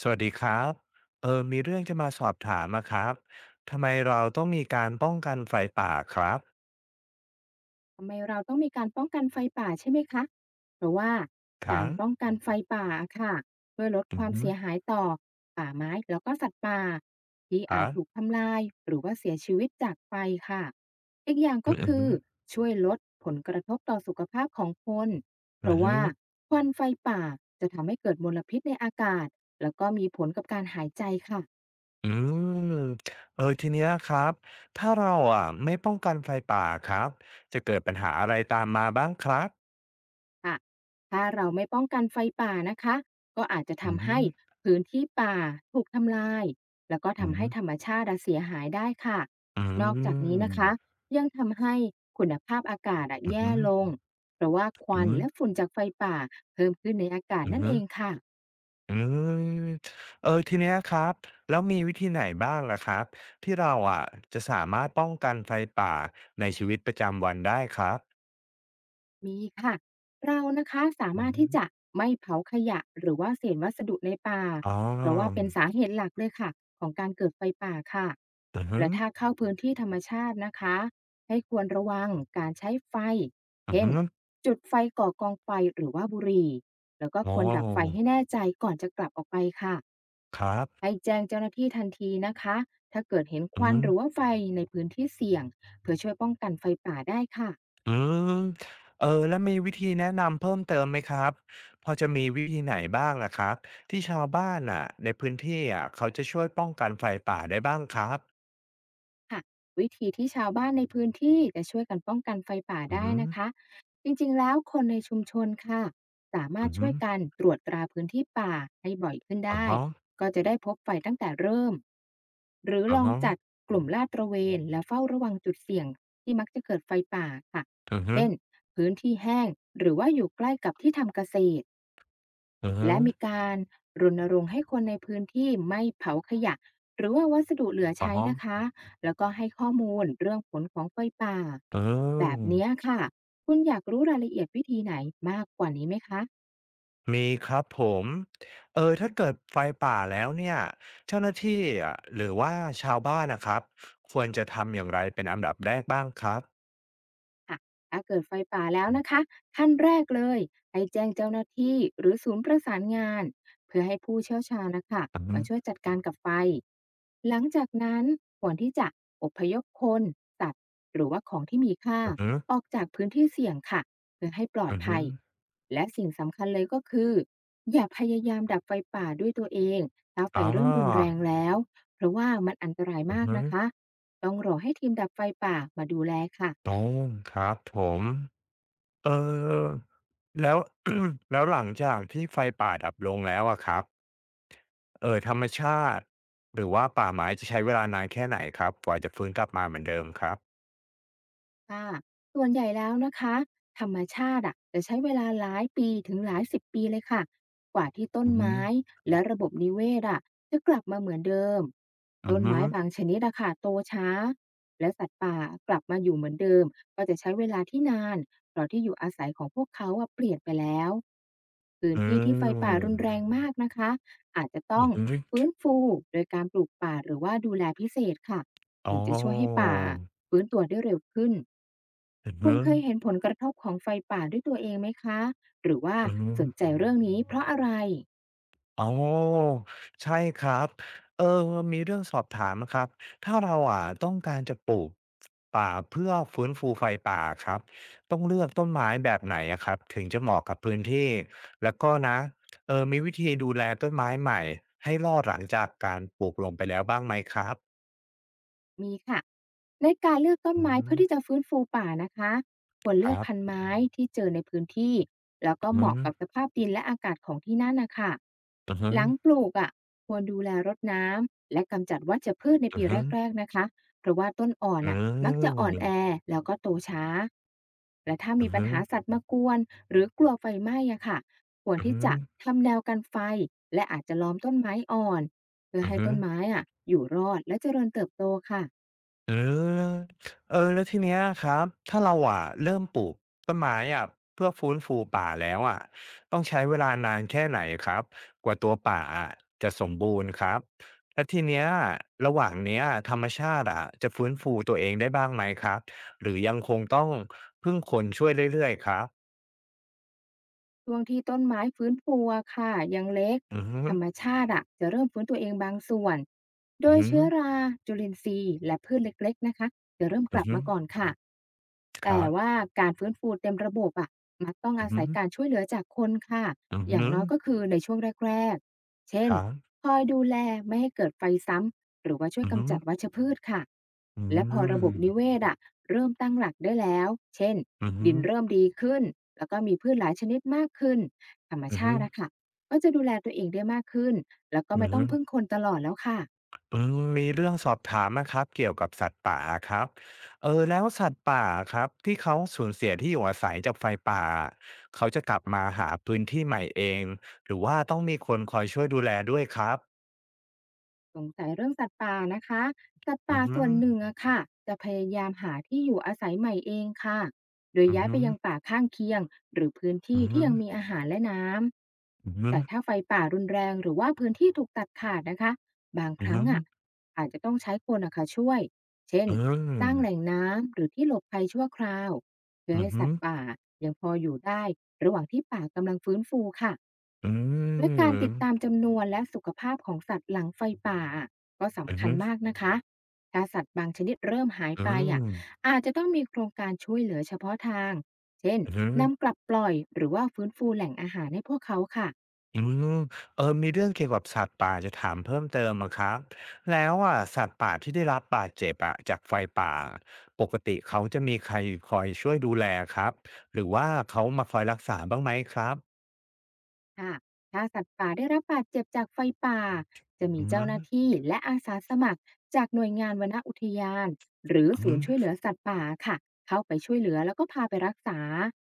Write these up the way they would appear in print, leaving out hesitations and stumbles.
สวัสดีครับมีเรื่องจะมาสอบถามอะครับทำไมเราต้องมีการป้องกันไฟป่าครับทำไมเราต้องมีการป้องกันไฟป่าใช่ไหมคะเพราะว่าคการัรบป้องกันไฟป่าค่ะเพื่อลดอืคอวามฮึเสียหายต่อป่าไม้แล้วก็สัตว์ป่าที่ครัอาจถูกบทำลายหรือว่าเสียชีวิตจากไฟค่ะอีกอย่างอืก็ออืคืฮึอช่วยลดผลกระทบต่อสุขภาพของคนเพอือราะฮึว่าควันไฟป่าจะทำให้เกิดมลพิษในอากาศแล้วก็มีผลกับการหายใจค่ะ อืมทีเนี้ยครับถ้าเราอะไม่ป้องกันไฟป่าครับจะเกิดปัญหาอะไรตามมาบ้างครับค่ะถ้าเราไม่ป้องกันไฟป่านะคะก็อาจจะอือทำฮึให้พื้นที่ป่าถูกทำลายแล้วก็อือทำฮึให้ธรรมชาติอะเสียหายได้ค่ะอืนอกจากนี้มนะคะยังทำให้คุณภาพอากาศอะอือฮึแย่ลงเพราะว่าคอืวัอนฮึและฝุ่นจากไฟป่าเพิ่มขึ้นในอากาศอือนั่นฮึ เองค่ะ อืมทีเนี้ยครับแล้วมีวิธีไหนบ้างล่ะครับที่เราอะจะสามารถป้องกันไฟป่าในชีวิตประจำวันได้ครับมีค่ะเรานะคะสาอืมารถที่จะมไม่เผาขยะหรือว่าเศษวัสดุในป่าอ๋อเพราะว่าเป็นสาเหตุหลักเลยค่ะของการเกิดไฟป่าค่ะอือฮึและถ้าเข้าพื้นที่ธรรมชาตินะคะให้ควรระวังการใช้ไฟอือเช่นฮึจุดไฟก่อกองไฟหรือว่าบุหรี่แล้วก็อ๋อควรดับไฟให้แน่ใจก่อนจะกลับออกไปค่ะครับให้แจ้งเจ้าหน้าที่ทันทีนะคะถ้าเกิดเห็นคอืวันมหรือว่าไฟในพื้นที่เสี่ยงเพื่อช่วยป้องกัน อืมแล้วมีวิธีแนะนำเพิ่มเติมไหมครับพอจะมีวิธีไหนบ้างล่ะครับที่ชาวบ้านอ่ะในพื้นที่อะเขาจะช่วยป้องกันไฟป่าได้บ้างครับค่ะวิธีที่ชาวบ้านในพื้นที่จะช่วยกันป้องกันไฟป่าอือได้ฮึนะคะจริงๆแล้วคนในชุมชนค่ะสามาอืรถอฮึช่วยกันตรวจตราพื้นที่ป่าให้บ่อยขึ้นอะได้ฮะก็จะได้พบไฟตั้งแต่เริ่มหรืออะลองฮะจัดกลุ่มลาดตระเวนและเฝ้าระวังจุดเสี่ยงที่มักจะเกิดไฟป่าค่ะเช่อนอพื้นที่แห้งหรือว่าอยู่ใกล้กับที่ทำเกษตร อือฮึอืและอมีฮึ การรณรงค์ให้คนในพื้นที่ไม่เผาขยะหรือว่าวัสดุเหลืออ๋ใช้อนะคะแล้วก็ให้ข้อมูลเรื่องผลของไฟป่าเออแบบเนี้ยค่ะคุณอยากรู้รายละเอียดวิธีไหนมากกว่านี้ไหมคะ มีครับผมถ้าเกิดไฟป่าแล้วเนี่ยเจ้าหน้าที่อะหรือว่าชาวบ้านนะครับควรจะทำอย่างไรเป็นอันดับแรกบ้างครับค่ะถ้าเกิดไฟป่าแล้วนะคะขั้นแรกเลยให้แจ้งเจ้าหน้าที่หรือศูนย์ประสานงานเพื่อให้ผู้เชี่ยวชาญนะคะอือฮึมาช่วยจัดการกับไฟหลังจากนั้นควรที่จะอพยพคนสัตว์หรือว่าของที่มีค่าอือฮึออกจากพื้นที่เสี่ยงค่ะเพื่อให้ปลอดอือฮึภัยและสิ่งสำคัญเลยก็คืออย่าพยายามดับไฟป่าด้วยตัวเองถ้าไฟอเริ่มรุนแรางแล้วเพราะว่ามันอันตรายออือมากฮึนะคะต้องรอให้ทีมดับไฟป่ามาดูแลค่ะ อ๋อครับผมเอ่อแล้วหลังจากที่ไฟป่าดับลงแล้วอะครับธรรมชาติหรือว่าป่าไม้จะใช้เวลานานแค่ไหนครับกว่าจะฟื้นกลับมาเหมือนเดิมครับค่ะส่วนใหญ่แล้วนะคะธรรมชาติอะจะใช้เวลาหลายปีถึงหลายสิบปีเลยค่ะกว่าที่ต้นอือฮึไม้และระบบนิเวศอะจะกลับมาเหมือนเดิมอือต้นฮไม้ึ บางชนิดอะค่ะโตช้าและสัตว์ป่ากลับมาอยู่เหมือนเดิมก็จะใช้เวลาที่นานเพราะที่อยู่อาศัยของพวกเขาอะเปลี่ยนไปแล้วพื้อืนที่ที่ไฟป่ารุมนแรงมากนะคะอาจจะอืต้องอฮึฟื้นฟูโดยการปลูกป่าหรือว่าดูแลพิเศษค่ะอ๋อถึงจะช่วยให้ป่าฟื้นตัวได้เร็วขึ้น อือคุณฮึเคยเห็นผลกระทบของไฟป่าด้วยตัวเองไหมคะ หรือว่าอือฮึสนใจเรื่องนี้เพราะอะไร อ๋อใช่ครับเออมีเรื่องสอบถามอะครับ ถ้าเราอะต้องการจะปลูกป่าเพื่อฟื้นฟูไฟป่าอะครับ ต้องเลือกต้นไม้แบบไหนอะครับถึงจะเหมาะกับพื้นที่แล้วก็นะมีวิธีดูแลต้นไม้ใหม่ให้รอดหลังจากการปลูกลงไปแล้วบ้างไหมครับมีค่ะ ในการเลือกต้นอืไม้เพื่มอที่จะฟื้นฟูป่านะคะควรคเลือรักพันบธุ์ไม้ที่เจอในพื้นที่แล้วก็อืเหอมาะฮึกับสภาพดินและอากาศของที่นั่นนะคะอือฮึหลังปลูกอ่ะควรดูแลรดน้ำและกำจัดวัชพืชในอืปีอฮึแรกๆนะคะเพราะว่าต้นอ่อนอืออ่ะมักจะอือ่อนมแอแล้วก็โตช้าและถ้าอืมีอปัญฮึ หาสัตว์มากวนหรือกลัวไฟไหม้อะค่ะควรอือที่ฮึจะทำแนวกันไฟและอาจจะล้อมต้นไม้อ่อนเพื่ออือให้ฮึต้นไม้อ่ะอยู่รอดและเจริญเติบโตค่ะ เออแล้วทีเนี้ยครับถ้าเราอะเริ่มปลูกต้นไม้อะเพื่อฟื้นฟูป่าแล้วอะต้องใช้เวลานานแค่ไหนครับกว่าตัวป่าอะจะสมบูรณ์ครับแล้วทีเนี้ยระหว่างเนี้ยธรรมชาติอะจะฟื้นฟูตัวเองได้บ้างไหมครับหรือยังคงต้องพึ่งคนช่วยเรื่อยๆครับช่วงที่ต้นไม้ฟื้นฟูอะค่ะยังเล็กอือฮึธรรมชาติอะจะเริ่มฟื้นตัวเองบางส่วนโดอือยฮึเชื้อราจุลินทรีย์และพืชเล็กๆนะคะจะเริ่มกอือลับฮึมาก่อนค่ะครัแต่บว่าการฟื้นฟูเต็มระบบอะมักต้องอืออาฮึศัยการช่วยเหลือจากคนค่ะอืออย่างฮึน้อยก็คือในช่วงแรกๆเช่คนรับคอยดูแลไม่ให้เกิดไฟซ้ำหรือว่าช่วยอือฮึกำจัดวัชพืชค่ะอืและพอระบบมนิเวศอะเริ่มตั้งหลักได้แล้วเช่น อือฮึดินเริ่มดีขึ้น แล้วก็มีพืชหลายชนิดมากขึ้นธรรมอือชาฮึ ตินะคะ ก็จะดูแลตัวเองได้มากขึ้น แล้วก็อืไม่ต้องมพึ่งคนตลอดแล้วค่ะ อืมมีเรื่องสอบถามนะครับเกี่ยวกับสัตว์ป่าครับแล้วสัตว์ป่าครับที่เขาสูญเสียที่อยู่อาศัยจากไฟป่าเขาจะกลับมาหาพื้นที่ใหม่เองหรือว่าต้องมีคนคอยช่วยดูแลด้วยครับสงสัยเรื่องสัตว์ป่านะคะสัตว์อืป่าอฮึส่วนหนึ่งอะค่ะจะพยายามหาที่อยู่อาศัยใหม่เองค่ะโดยย้ายอืไปอยังป่าข้างเคียงหรือพื้นอืที่อที่ยังมีอาหารและน้ำ อือแต่ถ้าไฟป่ารุนแรงหรือว่าพื้นที่ถูกตัดขาดนะคะบางคอืรั้องอะอาจจะต้องใช้คนอะค่ะช่วย เช่นอืสมร้างแหล่งน้ำหรือที่หลบภัยชั่วคราวเพื่ออืให้อสัตว์ป่ายังพออยู่ได้ระหว่างที่ป่ากำลังฟื้นฟูค่ะ อืและการมติดตามจำนวนและสุขภาพของสัตว์หลังไฟป่าอะก็อืสำคัญมาอกนะคะ ถ้าสัตว์บางชนิดเริ่มหายอืไปอ่ะมอาจจะต้องมีโครงการช่วยเหลือเฉพาะทาง เช่นอืออืมอือ นำกลับปล่อยหรือว่าฟื้นฟูแหล่งอาหารให้พวกเขาค่ะ อืมมีเรื่องเกี่ยวกับสัตว์ป่าจะถามเพิ่มเติมอะครับแล้วอะสัตว์ป่าที่ได้รับบาดเจ็บอะจากไฟป่าปกติเขาจะมีใครคอยช่วยดูแลครับหรือว่าเขามาคอยรักษาบ้างไหมครับค่ะถ้าสัตว์ป่าได้รับบาดเจ็บจากไฟป่าจะมีอืเจ้าหมน้าที่และอาสาสมัครจากหน่วยงานวนอุทยานหรืออศูนย์ช่วยเหลืมอสัตว์ป่าค่ะเข้าไปช่วยเหลือแล้วก็พาไปรักษา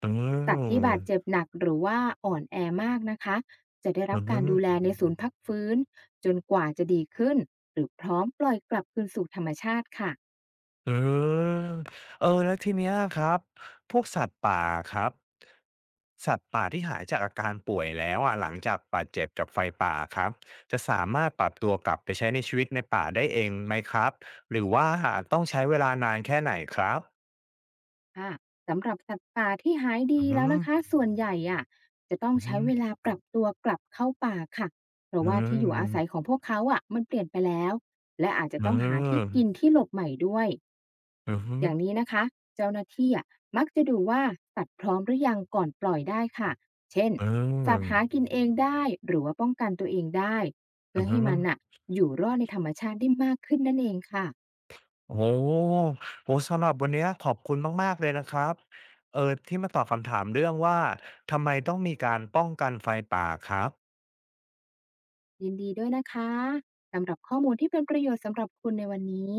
อืมสัตว์ที่บาดเจ็บหนักหรือว่าอ่อนแอมากนะคะจะได้อืรับการม ดูแลในศูนย์พักฟื้นจนกว่าจะดีขึ้นหรือพร้อมปล่อยกลับคืนสู่ธรรมชาติค่ะ เออแล้วทีเนี้ยครับ พวกสัตว์ป่าครับสัตว์ป่าที่หายจากอาการป่วยแล้วอะหลังจากบาดเจ็บจากไฟป่าครับจะสามารถปรับตัวกลับไปใช้ในชีวิตในป่าได้เองไหมครับหรือว่าต้องใช้เวลานานแค่ไหนครับค่ะสำหรับสัตว์ป่าที่หายดีอืแล้วอนะคะส่วนใหญ่อะจะต้องอือใช้เวลาปรับตัวกลับเข้าป่าค่ะเพอืราะว่าที่อยู่อาศัยขมองพวกเขาอะมันเปลี่ยนไปแล้วและอาจจะอืต้องหาที่มกินที่หลบใหม่ด้วยอืมอืออย่างนี้นะคะเจ้าหน้าที่อะมักจะดูว่าสัตว์พร้อมหรือยังก่อนปล่อยได้ค่ะเช่นอืสัตมว์หากินเองได้หรือว่าป้องกันตัวเองได้อืเพื่อให้มัม นอ่ะอยู่รอดในธรรมชาติได้มากขึ้นนั่นเองค่ะโอ้โหโอ้โสำหรับวันเนี้ยขอบคุณมากๆเลยนะครับ ที่มาตอบคำถามเรื่องว่าทำไมต้องมีการป้องกันไฟป่าครับยินดีด้วยนะคะสำหรับข้อมูลที่เป็นประโยชน์สำหรับคุณในวันนี้